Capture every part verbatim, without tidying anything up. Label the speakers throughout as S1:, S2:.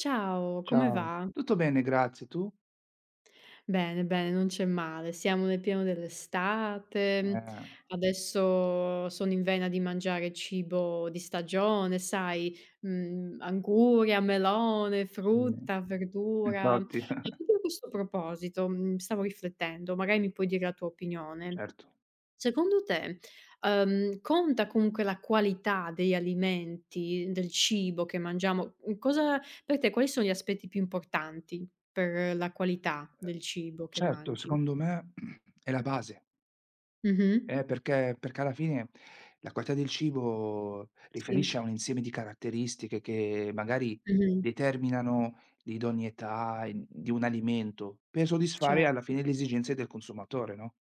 S1: Ciao, come
S2: Ciao,
S1: va?
S2: tutto bene, grazie, tu?
S1: Bene, bene, non c'è male. Siamo nel pieno dell'estate,
S2: Eh,
S1: adesso sono in vena di mangiare cibo di stagione, sai, mhmm, anguria, melone,
S2: sì,
S1: frutta, verdura.
S2: infatti,
S1: E proprio a questo proposito, mhmm, stavo riflettendo, magari mi puoi dire la tua opinione.
S2: certo.
S1: Secondo te, uhm, conta comunque la qualità degli alimenti, del cibo che mangiamo? Mhmm, cosa per te quali sono gli aspetti più importanti per la qualità
S2: Eh,
S1: del cibo che
S2: certo,
S1: mangi?
S2: secondo me è la base,
S1: Mh-mh.
S2: eh, perché perché alla fine la qualità del cibo riferisce
S1: Sì.
S2: a un insieme di caratteristiche che magari
S1: Mh-mh.
S2: determinano l'idoneità i di un alimento, per soddisfare alla
S1: Certo.
S2: fine le esigenze del consumatore, no,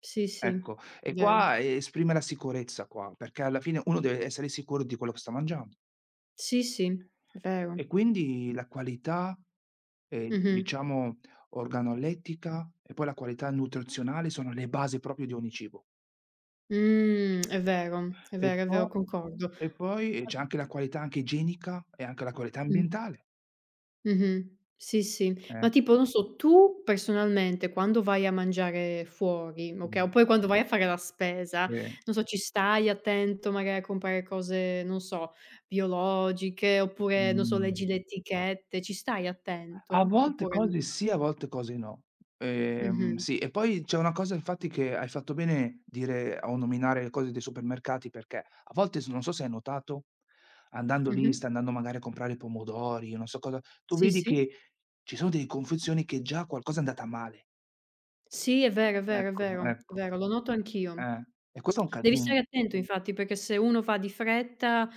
S1: Sì, sì.
S2: ecco. E
S1: Vero.
S2: qua eh, esprime la sicurezza qua, perché alla fine uno deve essere sicuro di quello che sta mangiando.
S1: Sì, sì, vero.
S2: E quindi la qualità, ehm,
S1: Mh-mh.
S2: diciamo organolettica e poi la qualità nutrizionale sono le basi proprio di ogni cibo.
S1: Mh, è vero, è
S2: E
S1: vero, è vero,
S2: po
S1: concordo.
S2: e poi, ehm, c'è anche la qualità anche igienica e anche la qualità
S1: Mh.
S2: ambientale.
S1: Mh-mh. Sì, sì.
S2: Eh.
S1: Ma tipo, non so, tu personalmente quando vai a mangiare fuori, okay,
S2: Mh.
S1: oppure quando vai a fare la spesa,
S2: Sì.
S1: non so, ci stai attento magari a comprare cose, non so, biologiche oppure, non so, leggi
S2: Mh.
S1: le etichette, ci stai
S2: A
S1: attento?
S2: volte
S1: Oppure no?
S2: cose sì, a volte cose no. Ehm,
S1: Mh-mh.
S2: sì, e poi c'è una cosa infatti che hai fatto bene dire o nominare le cose dei supermercati, perché a volte s non so se hai notato, andando lì, stai
S1: Mh-mh.
S2: andando magari a comprare pomodori, non so cosa, tu
S1: Sì,
S2: vedi
S1: sì.
S2: che ci sono delle confezioni che già qualcosa è andata male.
S1: Sì, è vero, è vero, è
S2: Ecco,
S1: vero, è
S2: ecco,
S1: vero, lo noto anch'io.
S2: eh. E questo è un
S1: Devi
S2: casino.
S1: stare attento infatti, perché se uno va di fretta,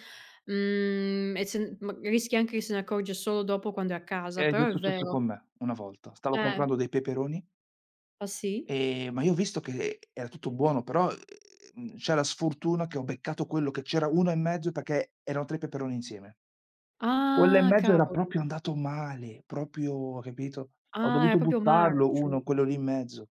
S1: mhmm, e se n ma rischi anche che se ne accorge solo dopo quando è a casa,
S2: Ed è
S1: però è
S2: successo
S1: vero.
S2: con me una volta. Stavo
S1: Eh.
S2: comprando dei peperoni,
S1: Ah sì?
S2: Ehm, ma io ho visto che era tutto buono, però, ehm, c'è la sfortuna che ho beccato quello che c'era uno e mezzo perché erano tre peperoni insieme. Quello e
S1: Ah,
S2: mezzo era
S1: cavolo.
S2: proprio andato male, proprio capito, ho
S1: Ah, era
S2: dovuto
S1: proprio
S2: buttarlo uno,
S1: marcio.
S2: quello lì in mezzo.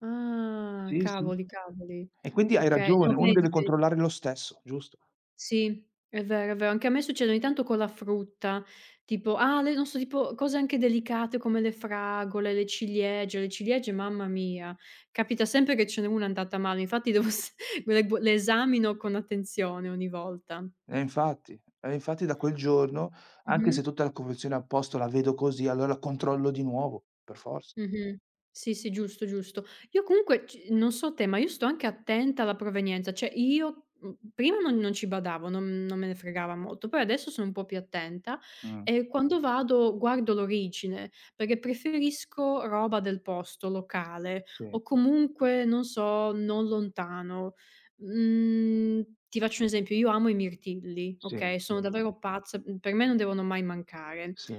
S1: Ah,
S2: Sì, sì.
S1: cavoli, cavoli.
S2: E quindi hai
S1: Okay,
S2: ragione,
S1: no
S2: uno deve
S1: vedi, ve
S2: controllare lo stesso, giusto.
S1: sì, è vero, è vero. Anche a me succede ogni tanto con la frutta, tipo ah, le non so, tipo cose anche delicate come le fragole, le ciliegie. Le ciliegie, mamma mia, capita sempre che ce n'è una andata male, infatti devo s le gu le esamino con attenzione ogni volta.
S2: Eh infatti, eh infatti da quel giorno, anche
S1: Mh-mh.
S2: se tutta la confezione a posto la vedo così, allora la controllo di nuovo, per forza.
S1: Mh-mh. Sì, sì, giusto, giusto. Io comunque c non so te, ma io sto anche attenta alla provenienza, cioè io, mhmm, prima non non ci badavo, non non me ne fregava molto, poi adesso sono un po' più attenta
S2: Mh.
S1: e quando vado guardo l'origine, perché preferisco roba del posto, locale
S2: Sì,
S1: o comunque, non so, non lontano. Mhmm, ti faccio un esempio, io amo i mirtilli,
S2: sì,
S1: okay,
S2: sì,
S1: sono davvero pazza, mhmm, per me non devono mai mancare.
S2: sì,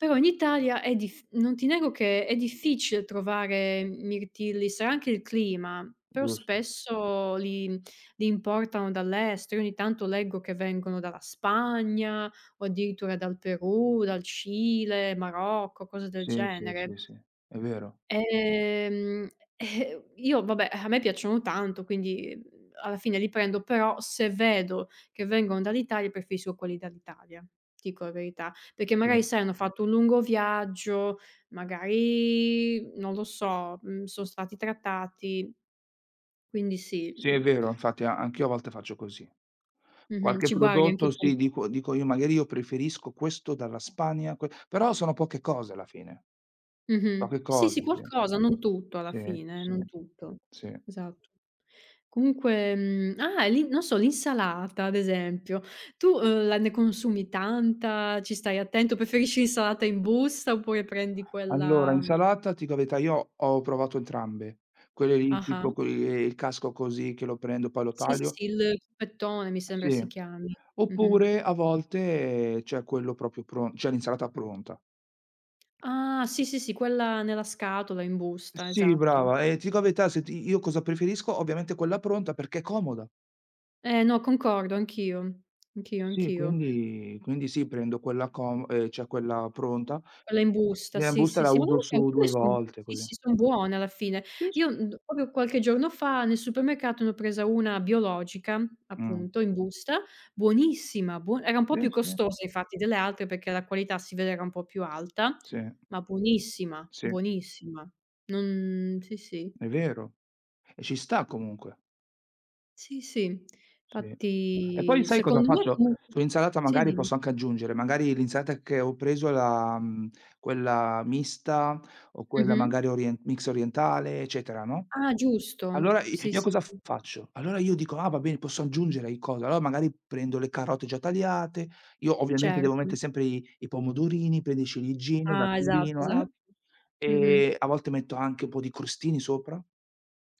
S1: Però in Italia è dif non ti nego che è difficile trovare mirtilli, sarà anche il clima, però
S2: giusto.
S1: spesso li li importano dall'estero. Io ogni tanto leggo che vengono dalla Spagna o addirittura dal Perù, dal Cile, Marocco, cose del
S2: Sì, sì, sì,
S1: genere.
S2: sì, è vero.
S1: Ehm, eh, io vabbè, eh, a me piacciono tanto, quindi, mhmm, alla fine li prendo, però se vedo che vengono dall'Italia preferisco quelli dall'Italia, ti dico la verità, perché
S2: Sì.
S1: magari sai hanno Mh. fatto un lungo viaggio, magari non lo so, mhmm, sono stati trattati, quindi sì,
S2: Sì, è
S1: mhmm,
S2: vero, infatti a anch'io a volte faccio così.
S1: mh-mh,
S2: Qualche
S1: ci guardi anche
S2: prodotto
S1: tu.
S2: sì, dico dico io: "Magari io preferisco questo dalla Spagna, que", però sono poche cose alla fine,
S1: Mh-mh.
S2: poche
S1: Sì,
S2: cose,
S1: sì,
S2: sì.
S1: qualcosa, non tutto alla
S2: Sì,
S1: fine,
S2: sì,
S1: non tutto.
S2: sì.
S1: Esatto. Comunque, mhmm, ah, e lì non so, l'insalata ad esempio, tu, uhm, la ne consumi tanta? Ci stai attento? Preferisci l'insalata in busta oppure prendi
S2: Allora,
S1: quella? mhmm,
S2: insalata, ti dico la verità, io ho provato entrambe. Quelle lì
S1: Ah-ah.
S2: tipo co ehm, il casco così che lo prendo, poi lo
S1: Sì, sì,
S2: taglio
S1: sì, il cubettone mi sembra
S2: sì.
S1: si chiami. Mh-mh.
S2: Oppure a volte c'è quello proprio pron c'è l'insalata pronta.
S1: Ah, sì, sì, sì, quella nella scatola in busta,
S2: Sì,
S1: esatto.
S2: brava. E ti dico la verità, se ti io cosa preferisco? Ovviamente quella pronta perché è comoda.
S1: Eh no, concordo anch'io, anch'io,
S2: Sì,
S1: anch'io.
S2: quindi quindi sì, prendo quella com ehm, cioè quella pronta.
S1: Quella in busta,
S2: Nella
S1: sì,
S2: busta
S1: sì,
S2: la
S1: sì, ma
S2: uso
S1: guarda che
S2: su
S1: alcune
S2: due
S1: son
S2: volte,
S1: sì,
S2: così.
S1: sì, son buone alla fine.
S2: Sì, s
S1: Io, mhmm, proprio qualche giorno fa nel supermercato ne ho presa una biologica,
S2: mh.
S1: appunto, in busta, buonissima, buo era un po'
S2: Sì,
S1: più
S2: sì.
S1: costosa infatti delle altre perché la qualità si vede era un po' più alta,
S2: Sì,
S1: ma buonissima,
S2: sì,
S1: buonissima. Non Sì, sì.
S2: è vero. E ci sta comunque.
S1: Sì, sì.
S2: Sì. E poi
S1: Infatti
S2: sai cosa
S1: secondo me
S2: faccio?
S1: comunque
S2: Sull'insalata
S1: sì,
S2: magari
S1: dimmi.
S2: posso anche aggiungere, magari l'insalata che ho preso la mhmm, quella mista o quella
S1: Mh-mh.
S2: magari orien mix orientale, eccetera, no?
S1: Ah, giusto.
S2: Allora i
S1: Sì,
S2: io
S1: sì,
S2: cosa
S1: sì,
S2: faccio? Allora io dico: "Ah, va bene, posso aggiungere i cosa", allora magari prendo le carote già tagliate, io ovviamente devo
S1: certo.
S2: mettere sempre i i pomodorini, prendo il ciliegino, la
S1: Ah, esatto,
S2: pirino, eh,
S1: esatto. Mh-mh.
S2: e a volte metto anche un po' di crostini sopra.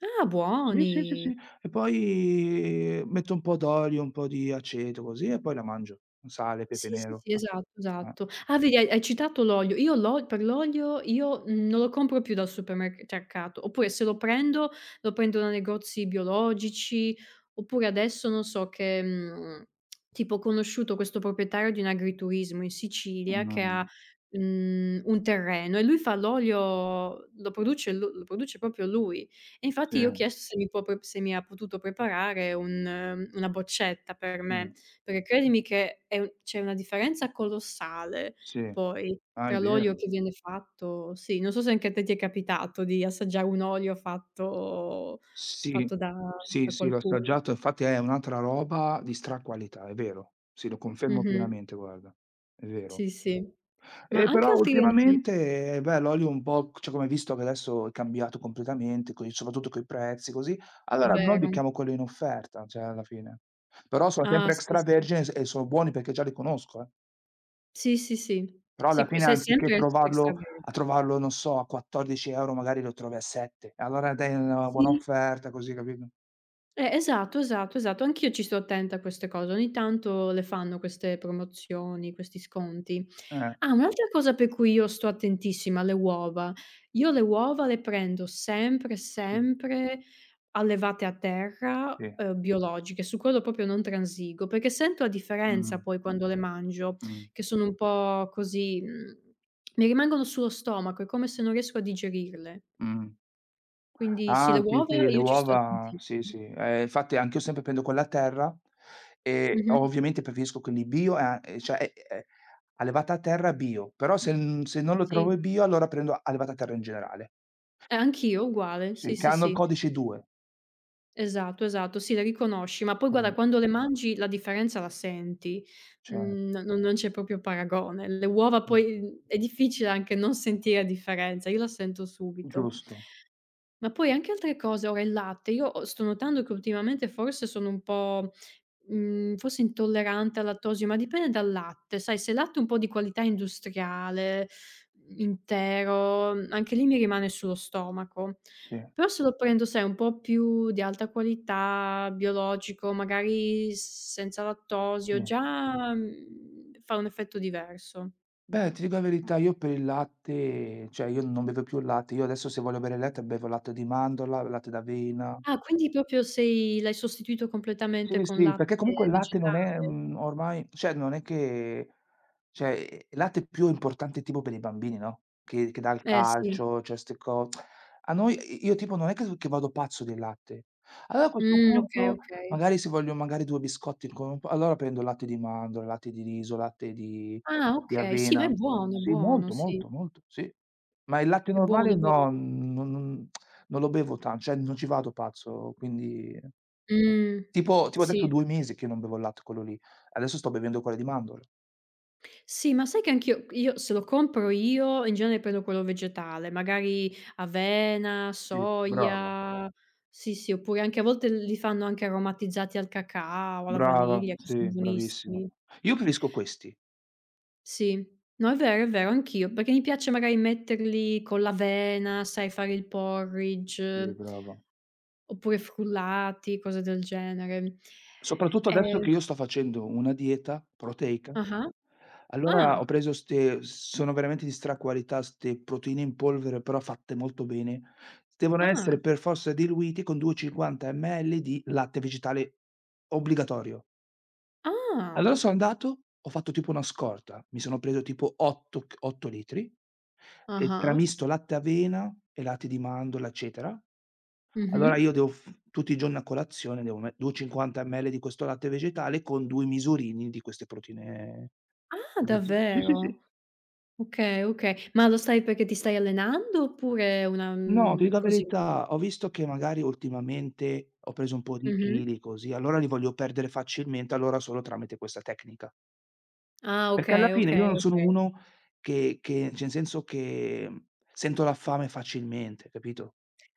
S1: Ah,
S2: Sì, sì, sì,
S1: buoni.
S2: sì. E poi metto un po' d'olio, un po' di aceto così e poi la mangio. Sale, pepe
S1: Sì, sì,
S2: nero.
S1: sì, esatto,
S2: Eh. Eh.
S1: esatto. Ah, vedi hai hai citato l'olio. Io l'o per l'olio io, mhmm, non lo compro più dal supermerc mercato, oppure se lo prendo, lo prendo da negozi biologici, oppure adesso non so che, mhmm, tipo ho conosciuto questo proprietario di un agriturismo in Sicilia che
S2: Mh,
S1: ha, mhmm, un terreno e lui fa l'olio lo produce lu lo produce proprio lui. E
S2: sì,
S1: infatti io ho chiesto se mi può pre se mi ha potuto preparare un mhmm, una boccetta per
S2: sì,
S1: me. Perché credimi che è u c'è una differenza colossale
S2: sì.
S1: poi
S2: Ah, è
S1: tra l'olio
S2: vero.
S1: che viene fatto sì, non so se anche a te ti è capitato di assaggiare un olio fatto
S2: Sì,
S1: fatto da
S2: sì,
S1: da
S2: sì, l'ho
S1: qualcuno.
S2: assaggiato, infatti è un'altra roba di straqualità, è vero. Sì, lo confermo
S1: Mh-mh.
S2: pienamente, guarda. È vero.
S1: Sì, sì. Ma
S2: E
S1: anche
S2: però
S1: altri alimenti,
S2: ultimamente, eh, beh, l'olio un po' cioè come hai visto che adesso è cambiato completamente, coi soprattutto coi prezzi così,
S1: è
S2: allora noi
S1: vero.
S2: becchiamo quello in offerta, cioè alla fine. Però sono
S1: Ah,
S2: sempre
S1: sì, sì.
S2: extravergine s e sono buoni perché già li conosco, eh.
S1: Sì, sì, sì.
S2: Però
S1: Sì,
S2: alla
S1: que
S2: fine
S1: se
S2: anziché
S1: sempre es
S2: trovarlo
S1: extravergine.
S2: a trovarlo, non so, a quattordici euro € magari lo trovi a sette. Allora dai una buona
S1: Sì,
S2: offerta così, capito?
S1: eh, esatto, esatto, esatto. Anch'io ci sto attenta a queste cose. Ogni tanto le fanno queste promozioni, questi sconti.
S2: Eh,
S1: Ah, un'altra cosa per cui io sto attentissima, le uova. Io le uova le prendo sempre,
S2: sì.
S1: sempre allevate a terra,
S2: Sì,
S1: uhm, biologiche, su quello proprio non transigo, perché sento la differenza
S2: mh,
S1: poi quando le mangio,
S2: mh,
S1: che sono un po' così, mhmm, mi rimangono sullo stomaco, è come se non riesco a digerirle.
S2: mh.
S1: Quindi sì, le
S2: Ah, sì,
S1: uova
S2: sì, le
S1: io ci sto
S2: uova
S1: attenti
S2: sì, sì. Ehm, infatti anch'io sempre prendo quella a terra e
S1: mh-mh,
S2: ovviamente preferisco quelli bio, ehm, e cioè, e e allevata a terra bio, però se n se non lo trovo
S1: sì.
S2: il bio, allora prendo allevata a terra in generale.
S1: Eh, anch'io uguale, sì,
S2: Sì, che
S1: sì,
S2: hanno il
S1: sì.
S2: codice due.
S1: Esatto, esatto, sì, le riconosci, ma poi
S2: Sì,
S1: guarda quando le Mh. mangi la differenza la senti,
S2: certo,
S1: mhmm, no non c'è proprio paragone. Le uova
S2: sì,
S1: poi, mhmm, è difficile anche non sentire differenza, io la sento subito.
S2: giusto.
S1: Ma poi anche altre cose, ora il latte, io ho sto notando che ultimamente forse sono un po', mhmm, forse intollerante al lattosio, ma dipende dal latte, sai se è latte è un po' di qualità industriale, intero, mhmm, anche lì mi rimane sullo stomaco.
S2: Sì,
S1: Però se lo prendo, sai, un po' più di alta qualità, biologico, magari senza
S2: sì.
S1: lattosio, già, mhmm, fa un effetto diverso.
S2: Beh, ti dico la verità, io per il latte cioè io non bevo più il latte, io adesso se voglio bere il latte bevo latte di mandorla, latte d'avena.
S1: Ah, quindi proprio sei l'hai sostituito
S2: Sì,
S1: completamente con
S2: sì, perché
S1: latte
S2: comunque il latte non
S1: vegetale?
S2: è, mhmm, ormai cioè non è che cioè, ehm, il latte è più importante tipo per i bambini, no, che che dà il
S1: Eh sì.
S2: calcio, cioè 'ste co a noi i io tipo non è che s che vado pazzo del latte. Allora a questo
S1: Mh, okay,
S2: punto
S1: okay.
S2: magari se voglio magari due biscotti con un po' allora prendo il latte di mandorla, latte di riso, latte di
S1: Ah,
S2: di
S1: okay. Sì, ma è
S2: avena.
S1: buono, è
S2: Sì,
S1: buono,
S2: molto,
S1: sì.
S2: molto, molto, sì. Ma il latte
S1: È buono,
S2: normale
S1: è
S2: no,
S1: buono.
S2: non non non lo bevo tan cioè non ci vado pazzo, quindi.
S1: Mh.
S2: Tipo tipo adesso
S1: Sì.
S2: due mesi che non bevo il latte quello lì. Adesso sto bevendo quello di mandorla.
S1: Sì, ma sai che anch'io io se lo compro io, in genere prendo quello vegetale, magari avena,
S2: Sì, brava,
S1: soia sì, sì, oppure anche a volte li fanno anche aromatizzati al cacao, alla
S2: brava,
S1: vaniglia, che son
S2: sì, bravissima.
S1: buonissimi.
S2: Io preferisco questi.
S1: Sì. No, è vero, è vero, anch'io, perché mi piace magari metterli con l'avena, sai, fare il
S2: Sì,
S1: porridge.
S2: brava.
S1: Oppure frullati, cose del genere.
S2: Soprattutto adesso
S1: Ehm
S2: che io sto facendo una dieta proteica,
S1: ah-ah. Ah,
S2: allora ho preso 'ste sono veramente di straqualità, 'ste proteine in polvere, però fatte molto bene. Devono
S1: ah,
S2: essere
S1: ah.
S2: per forza diluite con duecentocinquanta millilitri di latte vegetale obbligatorio. Allora sono andato, ho fatto tipo una scorta, mi sono preso tipo 8 c otto litri e
S1: Ah-ah.
S2: tramisto latte avena e latte di mandorla, eccetera.
S1: Mh-mh.
S2: Allora io devo f tutti i giorni a colazione devo me duecentocinquanta millilitri di questo latte vegetale con due misurini di queste proteine.
S1: Ah,
S2: Sì, sì,
S1: davvero?
S2: sì.
S1: Okay, okay. Ma lo stai perché ti stai allenando oppure è una
S2: No, ti
S1: mhmm,
S2: dico la
S1: così?
S2: verità, ho visto che magari ultimamente ho preso un po' di
S1: Mh-mh.
S2: chili così, allora li voglio perdere facilmente, allora solo tramite questa tecnica.
S1: Ah,
S2: Perché alla
S1: okay,
S2: fine io non
S1: okay,
S2: sono
S1: okay.
S2: uno che che cioè, in senso che, mhmm, sento la fame facilmente, capito?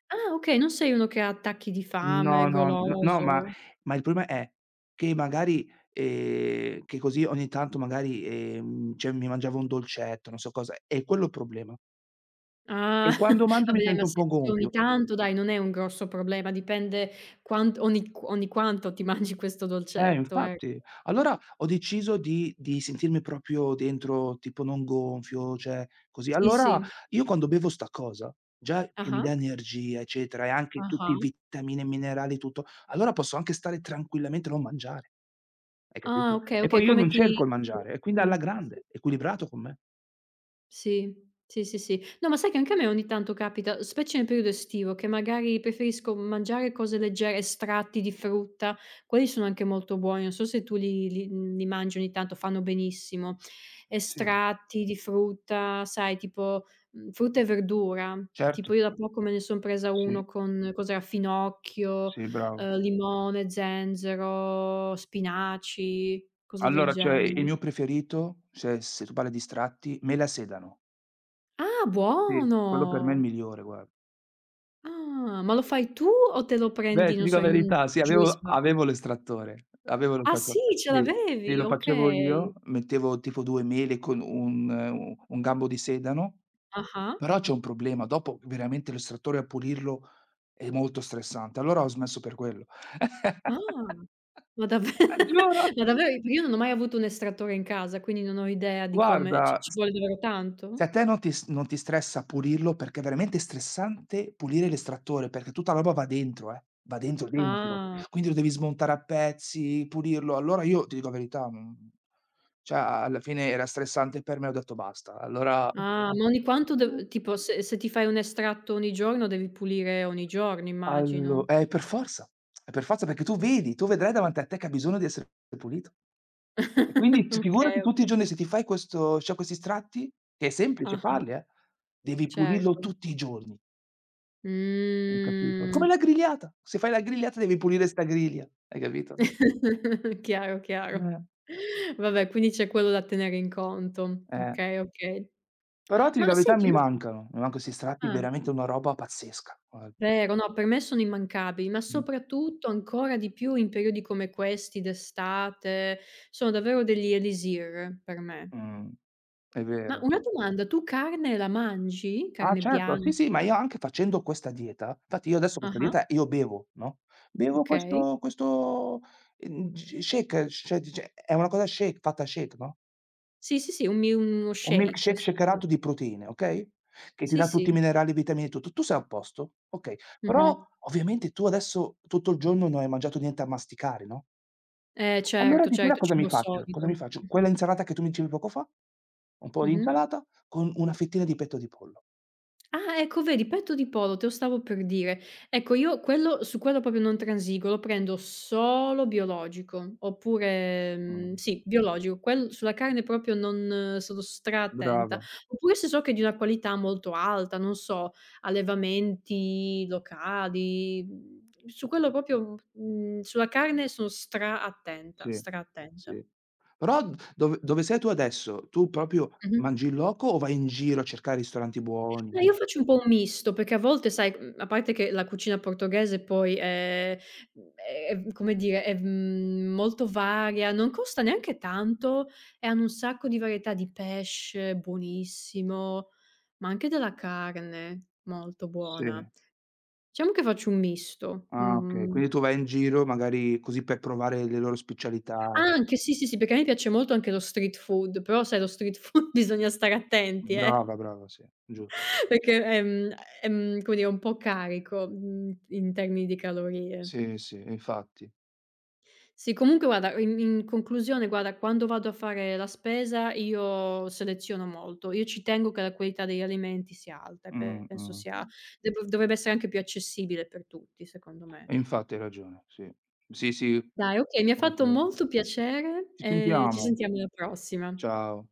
S1: Ah, okay, non sei uno che ha attacchi di fame,
S2: No, no, n no, ma
S1: goloso.
S2: ma il problema è che magari ehm, che così ogni tanto magari, ehm, cioè mi mangiavo un dolcetto, non so cosa, è quello il problema. E
S1: Ah,
S2: quando mangio mi
S1: vabbè dai,
S2: sento
S1: ma
S2: un po'
S1: se se
S2: gonfio.
S1: ogni tanto dai, non è un grosso problema, dipende quant ogni q ogni quanto ti mangi questo
S2: Eh,
S1: dolcetto. e
S2: infatti. Allora ho deciso di di sentirmi proprio dentro tipo non gonfio, cioè così.
S1: Sì,
S2: Allora
S1: sì.
S2: io quando bevo 'sta cosa, già che mi
S1: Ah-ah,
S2: dà energia, eccetera, e anche tutti
S1: ah-ah.
S2: vitamine e minerali, tutto, allora posso anche stare tranquillamente e non mangiare, hai
S1: Ah,
S2: capito?
S1: okay,
S2: E
S1: okay,
S2: poi io
S1: come
S2: non
S1: ti
S2: cerco il mangiare, e quindi alla
S1: senti?
S2: grande, equilibrato con me.
S1: Sì. Sì, sì, sì. No, ma sai che anche a me ogni tanto capita, specie nel periodo estivo, che magari preferisco mangiare cose leggere, estratti di frutta, quelli sono anche molto buoni, non so se tu li li mhmm, li mangi ogni tanto, fanno benissimo.
S2: Sì,
S1: Estratti di frutta, sai tipo, mhmm, frutta e verdura, tipo
S2: certo,
S1: io da poco me ne son presa
S2: sì,
S1: uno con cos'era, finocchio,
S2: sì, bravo.
S1: ehm, limone, zenzero, spinaci, cose del
S2: Allora, cioè, il
S1: genere.
S2: mio preferito, se se tu parli di stratti, mela e sedano.
S1: Ah,
S2: Sì. Quello per me è il
S1: buono!
S2: migliore, guarda.
S1: Ah, ma lo fai tu o te lo
S2: Beh,
S1: prendi,
S2: ti
S1: non
S2: dico
S1: so,
S2: la
S1: in
S2: verità,
S1: un
S2: sì,
S1: giù e
S2: avevo
S1: svago?
S2: avevo l'estrattore, avevo
S1: Ah
S2: l'estrattore.
S1: sì, ce
S2: Sì, sì,
S1: l'avevi?
S2: lo facevo
S1: Okay.
S2: io, mettevo tipo due mele con un u un gambo di sedano,
S1: Ah-ah.
S2: però c'è un problema, dopo veramente l'estrattore a pulirlo è molto stressante, allora ho smesso per quello.
S1: Ah. Ma dave
S2: Giuro,
S1: ma davvero? Perché io non ho mai avuto un estrattore in casa, quindi non ho idea di come ci
S2: guarda.
S1: ci vuole davvero
S2: Se
S1: tanto?
S2: a te non ti s non ti stressa pulirlo, perché è veramente stressante pulire l'estrattore, perché tutta la roba va dentro, eh, va dentro dentro.
S1: Ah.
S2: Quindi lo devi smontare a pezzi, pulirlo. Allora io, ti dico la verità, mhmm, cioè a alla fine era stressante per me, ho detto: "Basta". Allora
S1: Ah, ma ogni quanto dev tipo se se ti fai un estratto ogni giorno devi pulire ogni giorno,
S2: allo
S1: immagino.
S2: eh, per forza, è per forza perché tu vedi, tu vedrai davanti a te che ha bisogno di essere pulito. E quindi ci figurati
S1: Okay, okay.
S2: tutti i giorni se ti fai questo cioè questi tratti, che è semplice
S1: Ah-ah,
S2: farli, eh, devi pulirlo
S1: certo.
S2: tutti i giorni. Hai capito? Come la
S1: Mh.
S2: grigliata. Se fai la grigliata devi pulire 'sta griglia, hai capito?
S1: Chiaro, chiaro.
S2: Eh,
S1: Vabbè, quindi c'è quello da tenere in conto.
S2: eh.
S1: Okay, okay.
S2: Però ti dico
S1: Ma
S2: la verità
S1: senti
S2: mi
S1: un'altra
S2: mancano, mi manca 'sti strati
S1: Ah,
S2: veramente una roba pazzesca, guarda.
S1: vero, no, per me sono immancabili, ma
S2: Mh.
S1: soprattutto ancora di più in periodi come questi d'estate, sono davvero degli elisir per me.
S2: Mh. È
S1: Ma
S2: vero.
S1: una domanda, tu carne la mangi?
S2: Ah,
S1: Carne
S2: certo, sì,
S1: bianca?
S2: sì, ma io anche facendo questa dieta infatti io adesso questa
S1: Ah-ah,
S2: dieta io bevo, no, bevo
S1: okay.
S2: questo questo, ehm, g shake, cioè dice è una cosa shake fatta a shake, no.
S1: Sì, sì, sì, un mi uno
S2: Un
S1: shake,
S2: milkshake
S1: sì, sì.
S2: shakerato di proteine, okay, che ti
S1: Sì,
S2: dà tutti i
S1: sì.
S2: minerali, vitamine e tutto. Tu sei a posto, okay. Però
S1: Mh-mh.
S2: ovviamente tu adesso tutto il giorno non hai mangiato niente a masticare, no,
S1: Eh
S2: allora
S1: certo,
S2: di sera
S1: certo,
S2: cosa mi
S1: cibo
S2: faccio? Cosa
S1: solido.
S2: mi faccio?
S1: Mh-mh.
S2: Quella insalata che tu mi dicevi poco fa, un po' di
S1: Mh-mh.
S2: insalata con una fettina di petto di pollo.
S1: Ah, ecco vedi, petto di poro, te lo stavo per dire. Ecco io quello su quello proprio non transigo, lo prendo solo biologico, oppure,
S2: Mh,
S1: mhmm, sì, biologico. Quel sulla carne proprio non eh, sono stra-attenta.
S2: brava,
S1: Oppure se so che è di una qualità molto alta, non so, allevamenti locali, mhmm, su quello proprio, mhmm, sulla carne sono stra-attenta,
S2: sì, sì.
S1: stra-attenta.
S2: Però d dove dove sei tu adesso, tu proprio
S1: Mh-mh.
S2: mangi in loco o vai in giro a cercare ristoranti
S1: No,
S2: buoni?
S1: io faccio un po' un misto, perché a volte sai, mhmm, a parte che la cucina portoghese poi è mhmm, è come dire, è, mhmm, molto varia, non costa neanche tanto e hanno un sacco di varietà di pesce, buonissimo, ma anche della carne, molto
S2: Sì.
S1: buona. Diciamo che faccio un misto,
S2: Ah, okay.
S1: mhmm
S2: Quindi tu vai in giro magari così per provare le loro specialità.
S1: ah, anche sì, sì, sì, perché a me piace molto anche lo street food, però sai lo street food bisogna stare attenti, eh.
S2: Brava, brava, sì, giu
S1: Perché è mhmm, è mhmm, come dire, un po' carico, mhmm, in termini di calorie.
S2: sì, sì, infatti.
S1: Sì, comunque guarda, in in conclusione, guarda, quando vado a fare la spesa io seleziono molto. Io ci tengo che la qualità degli alimenti sia alta e
S2: Mh,
S1: penso
S2: mh.
S1: sia Mh. deb dovrebbe essere anche più accessibile per tutti, secondo me.
S2: E infatti hai ragione, sì. Sì, sì.
S1: Dai, okay, mi ha fatto
S2: Concordo.
S1: molto piacere
S2: Ci
S1: e ci
S2: sentiamo.
S1: sentiamo alla prossima.
S2: Ciao.